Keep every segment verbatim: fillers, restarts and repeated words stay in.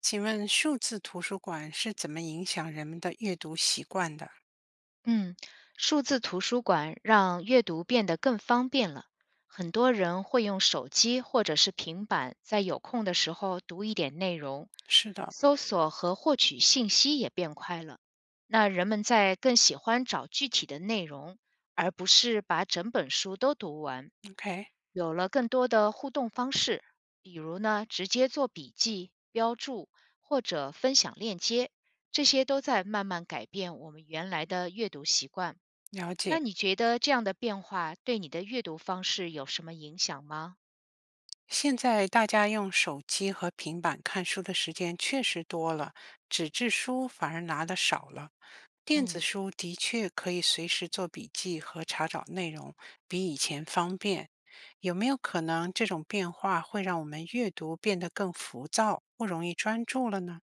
请问数字图书馆是怎么影响人们的阅读习惯的？嗯，数字图书馆让阅读变得更方便了。很多人会用手机或者是平板，在有空的时候读一点内容，是的搜索和获取信息也变快了。那人们在更喜欢找具体的内容，而不是把整本书都读完。，OK，有了更多的互动方式，比如呢，直接做笔记、标注或者分享链接。这些都在慢慢改变我们原来的阅读习惯。了解。那你觉得这样的变化对你的阅读方式有什么影响吗？现在大家用手机和平板看书的时间确实多了，纸质书反而拿的少了。电子嗯，书的确可以随时做笔记和查找内容，比以前方便。有没有可能这种变化会让我们阅读变得更浮躁，不容易专注了呢？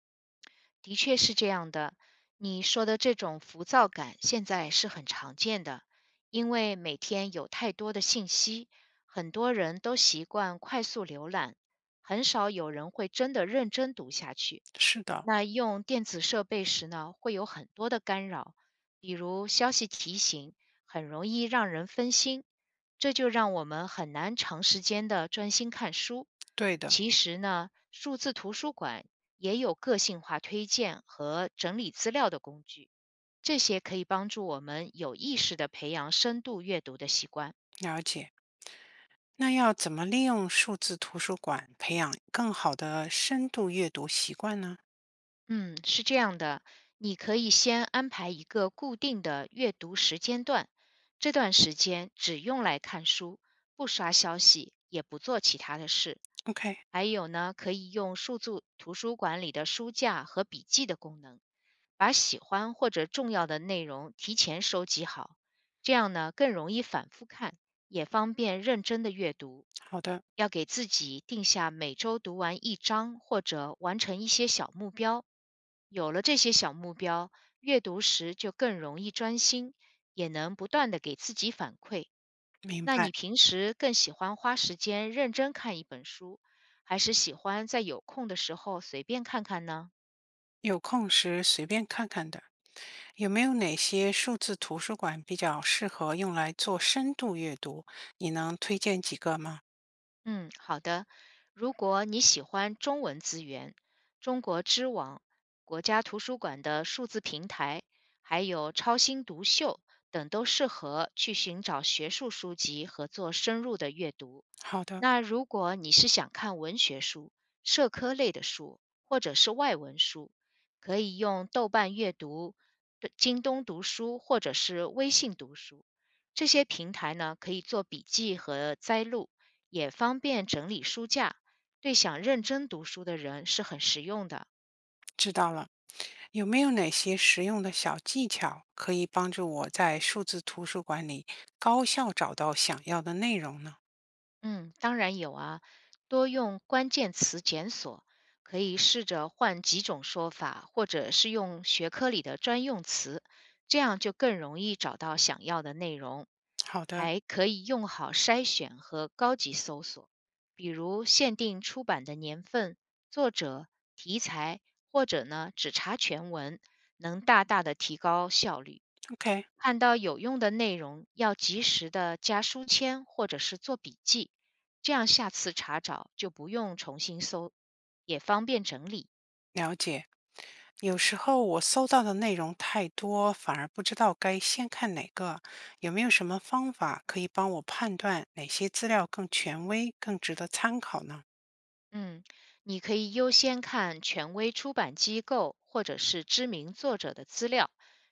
的确是这样的。你说的这种浮躁感现在是很常见的，因为每天有太多的信息，很多人都习惯快速浏览，很少有人会真的认真读下去。是的，那用电子设备时呢，会有很多的干扰，比如消息提醒，很容易让人分心，这就让我们很难长时间的专心看书。对的，其实呢，数字图书馆也有个性化推荐和整理资料的工具，这些可以帮助我们有意识的培养深度阅读的习惯。了解。那要怎么利用数字图书馆培养更好的深度阅读习惯呢嗯，是这样的，你可以先安排一个固定的阅读时间段，这段时间只用来看书，不刷消息，也不做其他的事。？OK，还有呢，可以用数字图书馆里的书架和笔记的功能，把喜欢或者重要的内容提前收集好，这样呢更容易反复看，也方便认真的阅读。好的，要给自己定下每周读完一章或者完成一些小目标。有了这些小目标，阅读时就更容易专心，也能不断的给自己反馈。明那你白。平时更喜欢花时间认真看一本书，还是喜欢在有空的时候随便看看呢？有空时随便看看的，有没有哪些数字图书馆比较适合用来做深度阅读？你能推荐几个吗？嗯，好的。如果你喜欢中文资源，中国知网、国家图书馆的数字平台，还有超星读秀等，都适合去寻找学术书籍和做深入的阅读。好的，那如果你是想看文学书、社科类的书，或者是外文书，可以用豆瓣阅读、对京东读书或者是微信读书这些平台呢，可以做笔记和摘录。也方便整理书架，对想认真读书的人是很实用的。知道了。有没有哪些实用的小技巧可以帮助我在数字图书馆里高效找到想要的内容呢？嗯，当然有啊，多用关键词检索，可以试着换几种说法，或者是用学科里的专用词，这样就更容易找到想要的内容。好的还可以用好筛选和高级搜索，比如限定出版的年份、作者、题材，或者呢只查全文，能大大的提高效率。，OK，看到有用的内容，要及时的加书签或者是做笔记，这样下次查找就不用重新搜，也方便整理。了解。有时候我搜到的内容太多，反而不知道该先看哪个。有没有什么方法可以帮我判断哪些资料更权威、更值得参考呢嗯，你可以优先看权威出版机构或者是知名作者的资料，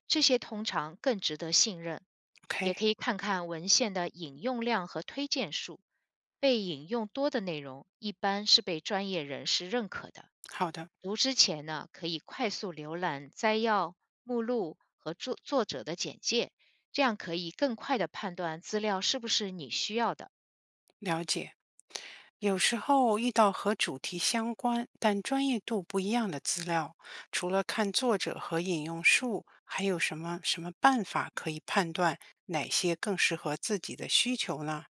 这些通常更值得信任。也？OK，可以看看文献的引用量和推荐数，被引用多的内容一般是被专业人士认可的。好的，读之前呢，可以快速浏览摘要、目录和作作者的简介，这样可以更快地判断资料是不是你需要的。了解。有时候遇到和主题相关但专业度不一样的资料，除了看作者和引用数，还有什么什么办法可以判断哪些更适合自己的需求呢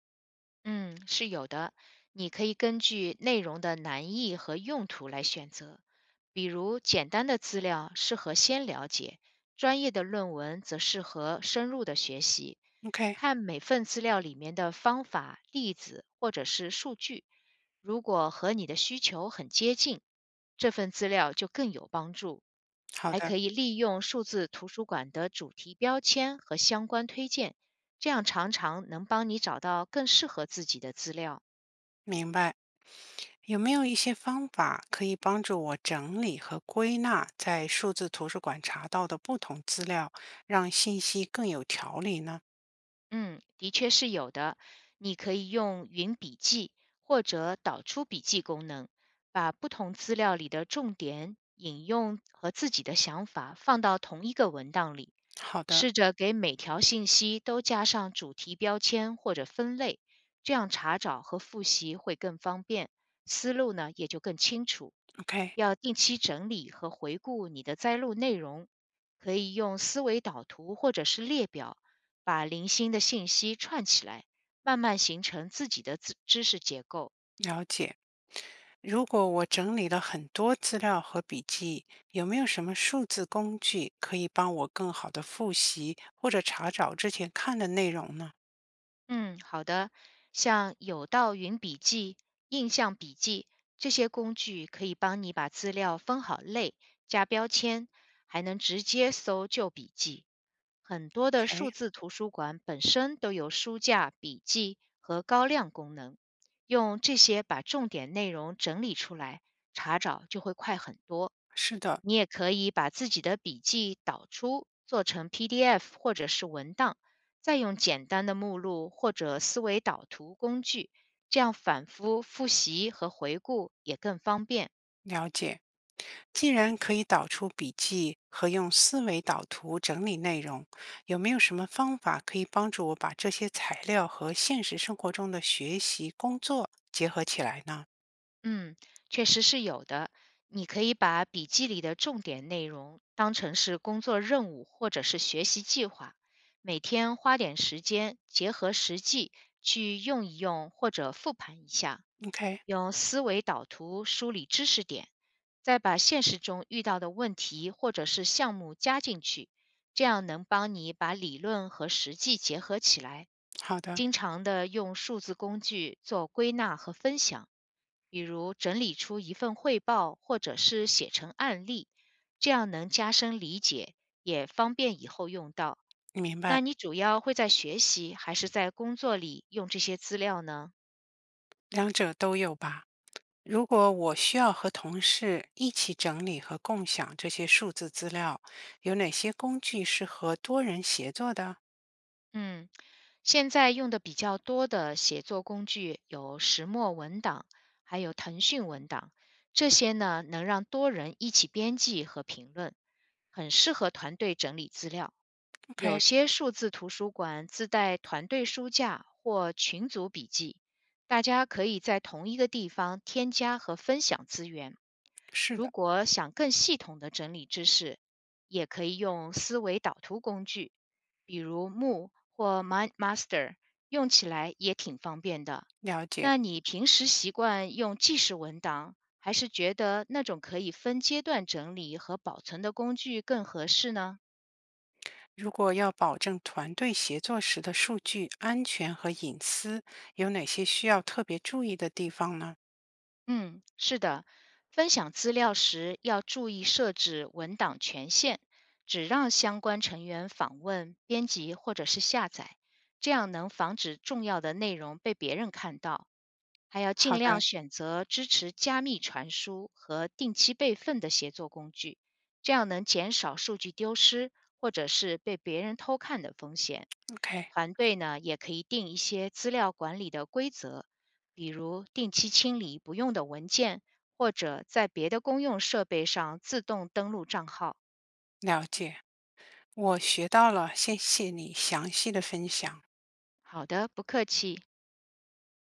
嗯，是有的。你可以根据内容的难易和用途来选择，比如简单的资料适合先了解，专业的论文则适合深入的学习。？OK，看每份资料里面的方法、例子或者是数据，如果和你的需求很接近，这份资料就更有帮助。好还的，可以利用数字图书馆的主题标签和相关推荐，这样常常能帮你找到更适合自己的资料。明白。有没有一些方法可以帮助我整理和归纳在数字图书馆查到的不同资料，让信息更有条理呢？嗯，的确是有的。你可以用云笔记或者导出笔记功能，把不同资料里的重点、引用和自己的想法放到同一个文档里。好的试着给每条信息都加上主题标签或者分类，这样查找和复习会更方便，思路呢也就更清楚。，OK，要定期整理和回顾你的摘录内容，可以用思维导图或者是列表。把零星的信息串起来，慢慢形成自己的知知识结构。了解。如果我整理了很多资料和笔记，有没有什么数字工具可以帮我更好的复习或者查找之前看的内容呢嗯，好的，像有道云笔记、印象笔记这些工具，可以帮你把资料分好类、加标签，还能直接搜旧笔记。很多的？OK，数字图书馆本身都有书架、笔记和高亮功能，用这些把重点内容整理出来，查找就会快很多。是的，你也可以把自己的笔记导出，做成 P D F 或者是文档，再用简单的目录或者思维导图工具，这样反复复习和回顾也更方便。了解。既然可以导出笔记和用思维导图整理内容，有没有什么方法可以帮助我把这些材料和现实生活中的学习、工作结合起来呢嗯，确实是有的。你可以把笔记里的重点内容当成是工作任务或者是学习计划，每天花点时间，结合实际去用一用或者复盘一下，？OK，用思维导图梳理知识点，再把现实中遇到的问题或者是项目加进去，这样能帮你把理论和实际结合起来。好的，经常的用数字工具做归纳和分享。比如整理出一份汇报，或者是写成案例，这样能加深理解，也方便以后用到。明白，那你主要会在学习还是在工作里用这些资料呢？两者都有吧。如果我需要和同事一起整理和共享这些数字资料，有哪些工具适合多人协作的嗯，现在用的比较多的写作工具有石墨文档，还有腾讯文档，这些呢能让多人一起编辑和评论，很适合团队整理资料。有？OK，些数字图书馆自带团队书架或群组笔记，大家可以在同一个地方添加和分享资源。是如的，果想更系统的整理知识，也可以用思维导图工具，比如 m o 或 Mind Master，用起来也挺方便的。了解。那你平时习惯用记事文档，还是觉得那种可以分阶段整理和保存的工具更合适呢？如果要保证团队协作时的数据安全和隐私，有哪些需要特别注意的地方呢？嗯，是的，分享资料时要注意设置文档权限，只让相关成员访问、编辑或者是下载，这样能防止重要的内容被别人看到。还要好尽量的选择支持加密传输和定期备份的协作工具，这样能减少数据丢失或者是被别人偷看的风险。，OK，团队呢也可以定一些资料管理的规则，比如定期清理不用的文件，或者在别的公用设备上自动登录账号。了解，我学到了，谢谢你详细的分享。好的，不客气。